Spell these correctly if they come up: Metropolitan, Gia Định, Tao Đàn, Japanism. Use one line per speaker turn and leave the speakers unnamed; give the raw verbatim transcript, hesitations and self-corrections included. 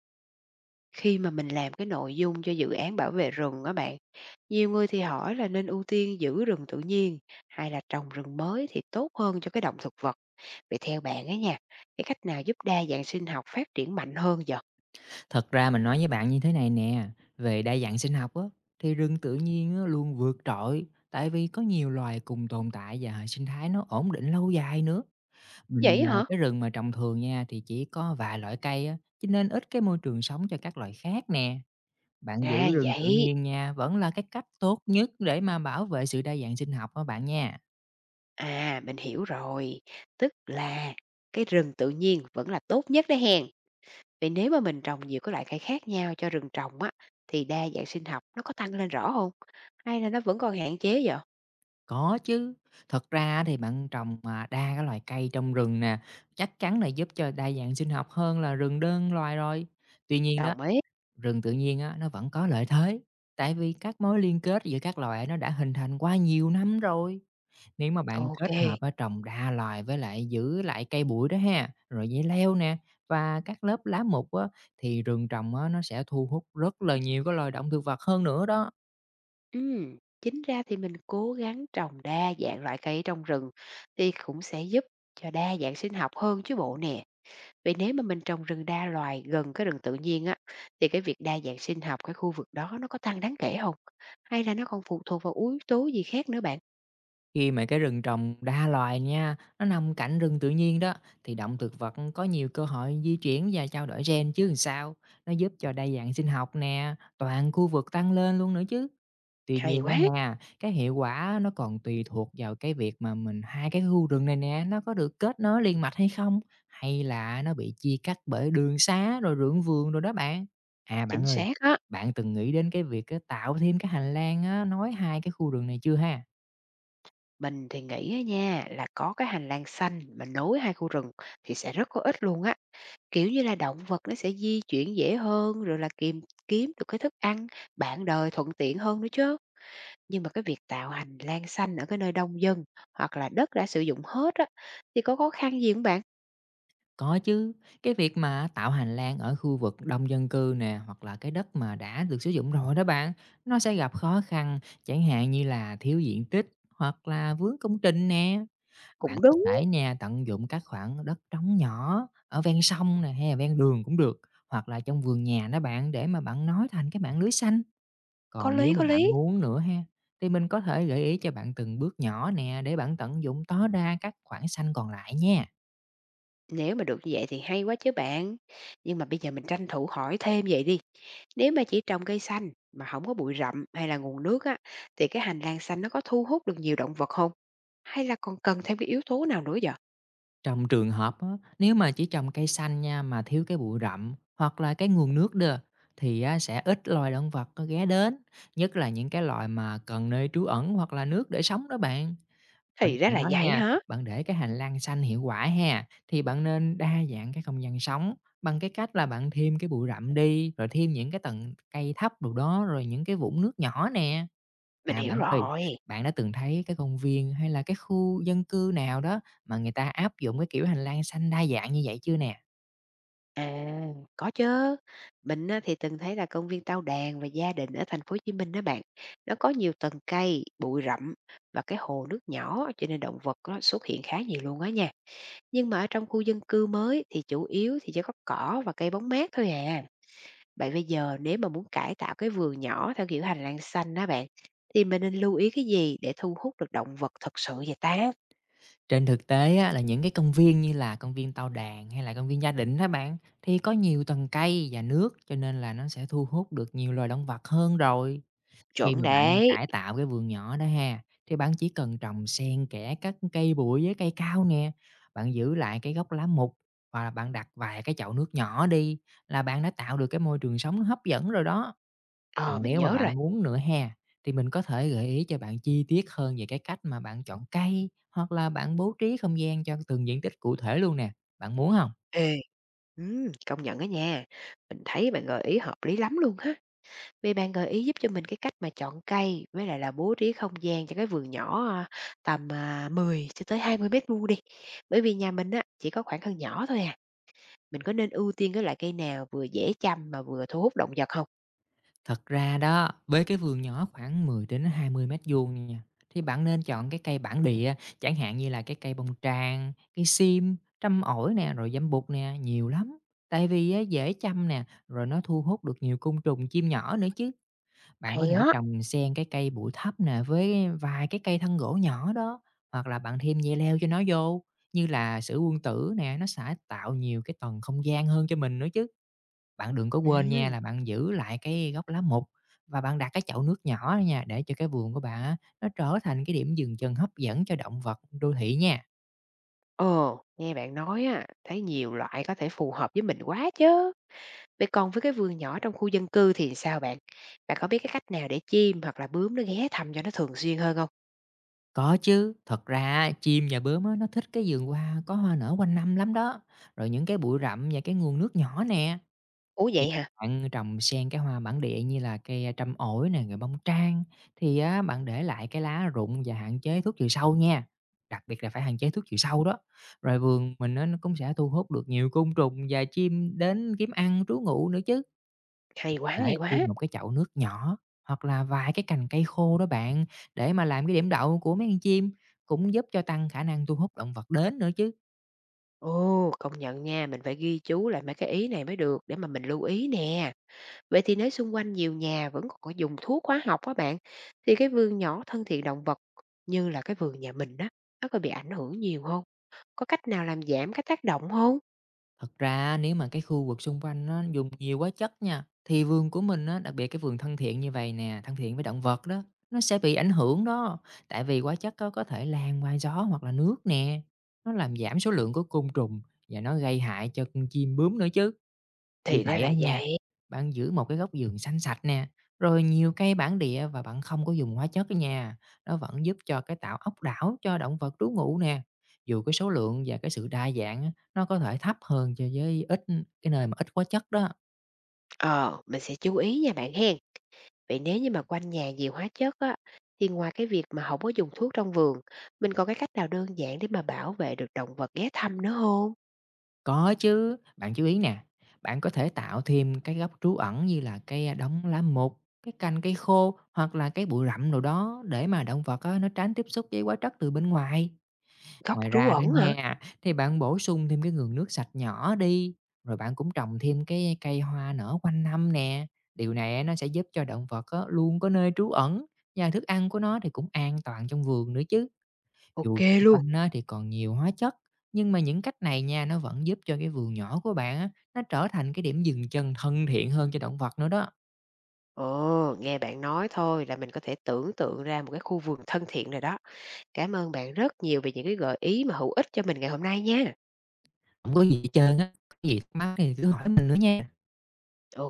Khi mà mình làm cái nội dung cho dự án bảo vệ rừng á bạn, nhiều người thì hỏi là nên ưu tiên giữ rừng tự nhiên hay là trồng rừng mới thì tốt hơn cho cái động thực vật. Vậy theo bạn ấy nha, cái cách nào giúp đa dạng sinh học phát triển mạnh hơn giờ?
Thật ra mình nói với bạn như thế này nè, về đa dạng sinh học á, thì rừng tự nhiên á, luôn vượt trội tại vì có nhiều loài cùng tồn tại và hệ sinh thái nó ổn định lâu dài nữa. Mình
Vậy
à,
hả?
cái rừng mà trồng thường nha thì chỉ có vài loại cây á, cho nên ít cái môi trường sống cho các loài khác nè. Bạn giữ
À
rừng tự
vậy,
nhiên nha, vẫn là cái cách tốt nhất để mà bảo vệ sự đa dạng sinh học đó bạn nha.
à mình hiểu rồi. Tức là cái rừng tự nhiên vẫn là tốt nhất đấy hèn. Vậy nếu mà mình trồng nhiều cái loại cây khác nhau cho rừng trồng á, thì đa dạng sinh học nó có tăng lên rõ không? Hay là nó vẫn còn hạn chế vậy?
Có chứ, thật ra á thì bạn trồng, à, đa cái loài cây trong rừng nè, chắc chắn là giúp cho đa dạng sinh học hơn là rừng đơn loài rồi. Tuy nhiên đó,
Đồng ý.
rừng tự nhiên á, nó vẫn có lợi thế, tại vì các mối liên kết giữa các loài nó đã hình thành qua nhiều năm rồi. Nếu mà bạn
Ok.
kết hợp á, trồng đa loài với lại giữ lại cây bụi đó ha, rồi dây leo nè, và các lớp lá mục á, thì rừng trồng á, nó sẽ thu hút rất là nhiều cái loài động thực vật hơn nữa đó.
Ừm, chính ra thì mình cố gắng trồng đa dạng loại cây trong rừng thì cũng sẽ giúp cho đa dạng sinh học hơn chứ bộ nè. Vì nếu mà mình trồng rừng đa loài gần cái rừng tự nhiên á, thì cái việc đa dạng sinh học cái khu vực đó nó có tăng đáng kể không? Hay là nó còn phụ thuộc vào yếu tố gì khác nữa bạn?
Khi mà cái rừng trồng đa loài nha, nó nằm cạnh rừng tự nhiên đó, thì động thực vật có nhiều cơ hội di chuyển và trao đổi gen chứ làm sao. Nó giúp cho đa dạng sinh học nè, toàn khu vực tăng lên luôn nữa chứ. Tuy
Hay
nhiên á
quá,
ha, cái hiệu quả nó còn tùy thuộc vào cái việc mà mình hai cái khu rừng này nè, nó có được kết nối liền mạch hay không, hay là nó bị chia cắt bởi đường xá rồi ruộng vườn rồi đó bạn. À bạn
chính
ơi,
xác á.
bạn từng nghĩ đến cái việc á, tạo thêm cái hành lang á, nói hai cái khu rừng này chưa ha?
Mình thì nghĩ á nha là có cái hành lang xanh mà nối hai khu rừng thì sẽ rất có ích luôn á. Kiểu như là, động vật nó sẽ di chuyển dễ hơn, rồi là kìm kiếm được cái thức ăn, bạn đời thuận tiện hơn nữa chớ. Nhưng mà cái việc tạo hành lang xanh ở cái nơi đông dân hoặc là đất đã sử dụng hết á, thì có khó khăn gì không bạn?
Có chứ, cái việc mà tạo hành lang ở khu vực đông dân cư nè hoặc là cái đất mà đã được sử dụng rồi đó bạn, nó sẽ gặp khó khăn chẳng hạn như là thiếu diện tích hoặc là vướng công trình nè.
Cũng
Bạn có
đúng,
thể nè tận dụng các khoảng đất trống nhỏ ở ven sông nè hay là ven đường cũng được, hoặc là trong vườn nhà đó bạn, để mà bạn nói thành cái mạng lưới xanh.
có
Còn nếu
lý,
mà
có
bạn
lý.
muốn nữa ha, thì mình có thể gợi ý cho bạn từng bước nhỏ nè, để bạn tận dụng tối đa các khoảng xanh còn lại nha.
Nếu mà được như vậy thì hay quá chứ bạn. Nhưng mà bây giờ mình tranh thủ hỏi thêm vậy đi, nếu mà chỉ trồng cây xanh mà không có bụi rậm hay là nguồn nước á, thì cái hành lang xanh nó có thu hút được nhiều động vật không? Hay là còn cần thêm cái yếu tố nào nữa vậy?
Trong trường hợp á, nếu mà chỉ trồng cây xanh nha mà thiếu cái bụi rậm hoặc là cái nguồn nước đó, thì á, sẽ ít loài động vật có ghé đến, nhất là những cái loài mà cần nơi trú ẩn hoặc là nước để sống đó bạn. Bên
Thì ra
cạnh
là
đó
vậy
nha,
hả?
bạn để cái hành lang xanh hiệu quả ha, thì bạn nên đa dạng cái không gian sống bằng cái cách là bạn thêm cái bụi rậm đi, rồi thêm những cái tầng cây thấp đồ đó, rồi những cái vũng nước nhỏ nè.
Mình
À,
hiểu
bạn ơi,
rồi.
bạn đã từng thấy cái công viên hay là cái khu dân cư nào đó mà người ta áp dụng cái kiểu hành lang xanh đa dạng như vậy chưa nè?
À, có chứ. Mình á, thì từng thấy là công viên Tao Đàn và Gia đình ở thành phố Hồ Chí Minh đó bạn, nó có nhiều tầng cây, bụi rậm và cái hồ nước nhỏ cho nên động vật nó xuất hiện khá nhiều luôn á nha. Nhưng mà ở trong khu dân cư mới thì chủ yếu thì chỉ có cỏ và cây bóng mát thôi à. Vậy bây giờ nếu mà muốn cải tạo cái vườn nhỏ theo kiểu hành lang xanh đó bạn, thì mình nên lưu ý cái gì để thu hút được động vật thật sự vậy ta?
Trên thực tế á, là những cái công viên như là công viên Tao Đàn hay là công viên Gia Định á bạn, thì có nhiều tầng cây và nước, cho nên là nó sẽ thu hút được nhiều loài động vật hơn rồi. Khi
Chuẩn
mà bạn
đấy.
cải tạo cái vườn nhỏ đó ha, thì bạn chỉ cần trồng xen kẽ các cây bụi với cây cao nè, bạn giữ lại cái gốc lá mục, hoặc là bạn đặt vài cái chậu nước nhỏ đi, là bạn đã tạo được cái môi trường sống hấp dẫn rồi đó.
Ờ,
Còn
mình
nếu mà
nhớ rồi.
bạn muốn nữa ha, thì mình có thể gợi ý cho bạn chi tiết hơn về cái cách mà bạn chọn cây, hoặc là bạn bố trí không gian cho từng diện tích cụ thể luôn nè, bạn muốn không?
Ê Ừm, công nhận đó nha. Mình thấy bạn gợi ý hợp lý lắm luôn ha. Vì bạn gợi ý giúp cho mình cái cách mà chọn cây với lại là bố trí không gian cho cái vườn nhỏ, à, tầm, à, mười cho tới hai mươi mét vuông đi. Bởi vì nhà mình á, chỉ có khoảng sân nhỏ thôi à, mình có nên ưu tiên cái loại cây nào vừa dễ chăm mà vừa thu hút động vật không?
Thật ra đó, với cái vườn nhỏ khoảng mười đến hai mươi mét vuông nha, thì bạn nên chọn cái cây bản địa, chẳng hạn như là cái cây bông tràng, cây sim, trăm ổi nè, rồi dâm bụt nè, nhiều lắm. Tại vì á dễ chăm nè, rồi nó thu hút được nhiều côn trùng, chim nhỏ nữa chứ. Bạn có
Hay
thể
á.
trồng xen cái cây bụi thấp nè, với vài cái cây thân gỗ nhỏ đó, hoặc là bạn thêm dây leo cho nó vô, như là sữa quân tử nè, nó sẽ tạo nhiều cái tầng không gian hơn cho mình nữa chứ. Bạn đừng có quên nha,
Ừm,
là bạn giữ lại cái gốc lá mục và bạn đặt cái chậu nước nhỏ đó nha, để cho cái vườn của bạn á, nó trở thành cái điểm dừng chân hấp dẫn cho động vật đô thị nha.
ờ, nghe bạn nói á, thấy nhiều loại có thể phù hợp với mình quá chứ. Vậy còn với cái vườn nhỏ trong khu dân cư thì sao bạn? Bạn có biết cái cách nào để chim hoặc là bướm nó ghé thăm cho nó thường xuyên hơn không?
Có chứ, thật ra á, chim và bướm á, nó thích cái vườn hoa có hoa nở quanh năm lắm đó. Rồi những cái bụi rậm và cái nguồn nước nhỏ nè.
Ủa,
Khi
vậy hả?
bạn trồng xen cái hoa bản địa như là cây, a, trăm ổi nè, rồi bông trang, thì á bạn để lại cái lá rụng và hạn chế thuốc trừ sâu nha, đặc biệt là phải hạn chế thuốc trừ sâu đó. Rồi vườn mình á nó cũng sẽ thu hút được nhiều côn trùng và chim đến kiếm ăn, trú ngụ nữa chứ.
Hay
Có
quá, hay
thể thêm
quá!
một cái chậu nước nhỏ hoặc là vài cái cành cây khô đó bạn, để mà làm cái điểm đậu của mấy con chim, cũng giúp cho tăng khả năng thu hút động vật đến nữa chứ.
Ồ, công nhận nha, mình phải ghi chú lại mấy cái ý này mới được để mà mình lưu ý nè. Vậy thì nếu xung quanh nhiều nhà vẫn còn có dùng thuốc hóa học á bạn, thì cái vườn nhỏ thân thiện động vật như là cái vườn nhà mình đó nó có bị ảnh hưởng nhiều không? Có cách nào làm giảm cái tác động không?
Thật ra nếu mà cái khu vực xung quanh nó dùng nhiều quá chất nha, thì vườn của mình á, đặc biệt cái vườn thân thiện như vậy nè, thân thiện với động vật đó, nó sẽ bị ảnh hưởng đó. Tại vì hóa chất á, có thể lan qua gió hoặc là nước nè, nó làm giảm số lượng của côn trùng và nó gây hại cho con chim bướm nữa chứ. Vì
Thì ra
vậy á
là
nha,
vậy.
bạn giữ một cái góc vườn xanh sạch nè, rồi nhiều cây bản địa và bạn không có dùng hóa chất đó nha. Nó vẫn giúp cho cái tạo ốc đảo cho động vật trú ngụ nè. Dù cái số lượng và cái sự đa dạng á, nó có thể thấp hơn cho với ít cái nơi mà ít hóa chất đó.
Ờ, mình sẽ chú ý nha bạn hen. Vậy nếu như mà quanh nhà nhiều hóa chất á, thì ngoài cái việc mà không có dùng thuốc trong vườn, mình còn cái cách nào đơn giản để mà bảo vệ được động vật ghé thăm nữa không?
Có chứ, bạn chú ý nè, bạn có thể tạo thêm cái góc trú ẩn như là cây đống lá mục, cái cành cây khô hoặc là cái bụi rậm nào đó, để mà động vật á, nó tránh tiếp xúc với hóa chất từ bên ngoài.
Gốc
Ngoài
trú
ra đó
ẩn hả?
nha, thì bạn bổ sung thêm cái nguồn nước sạch nhỏ đi, rồi bạn cũng trồng thêm cái cây hoa nở quanh năm nè. Điều này á, nó sẽ giúp cho động vật á, luôn có nơi trú ẩn và thức ăn của nó thì cũng an toàn trong vườn nữa chứ.
OK
Dù xung
luôn.
quanh á, thì còn nhiều hóa chất, nhưng mà những cách này nha, nó vẫn giúp cho cái vườn nhỏ của bạn á, nó trở thành cái điểm dừng chân thân thiện hơn cho động vật nữa đó.
Ồ, nghe bạn nói thôi là mình có thể tưởng tượng ra một cái khu vườn thân thiện rồi đó. Cảm ơn bạn rất nhiều về những cái gợi ý mà hữu ích cho mình ngày hôm nay nha.
Không có gì hết trơn á, có gì thắc mắc thì cứ hỏi mình nữa nha.
Ừ.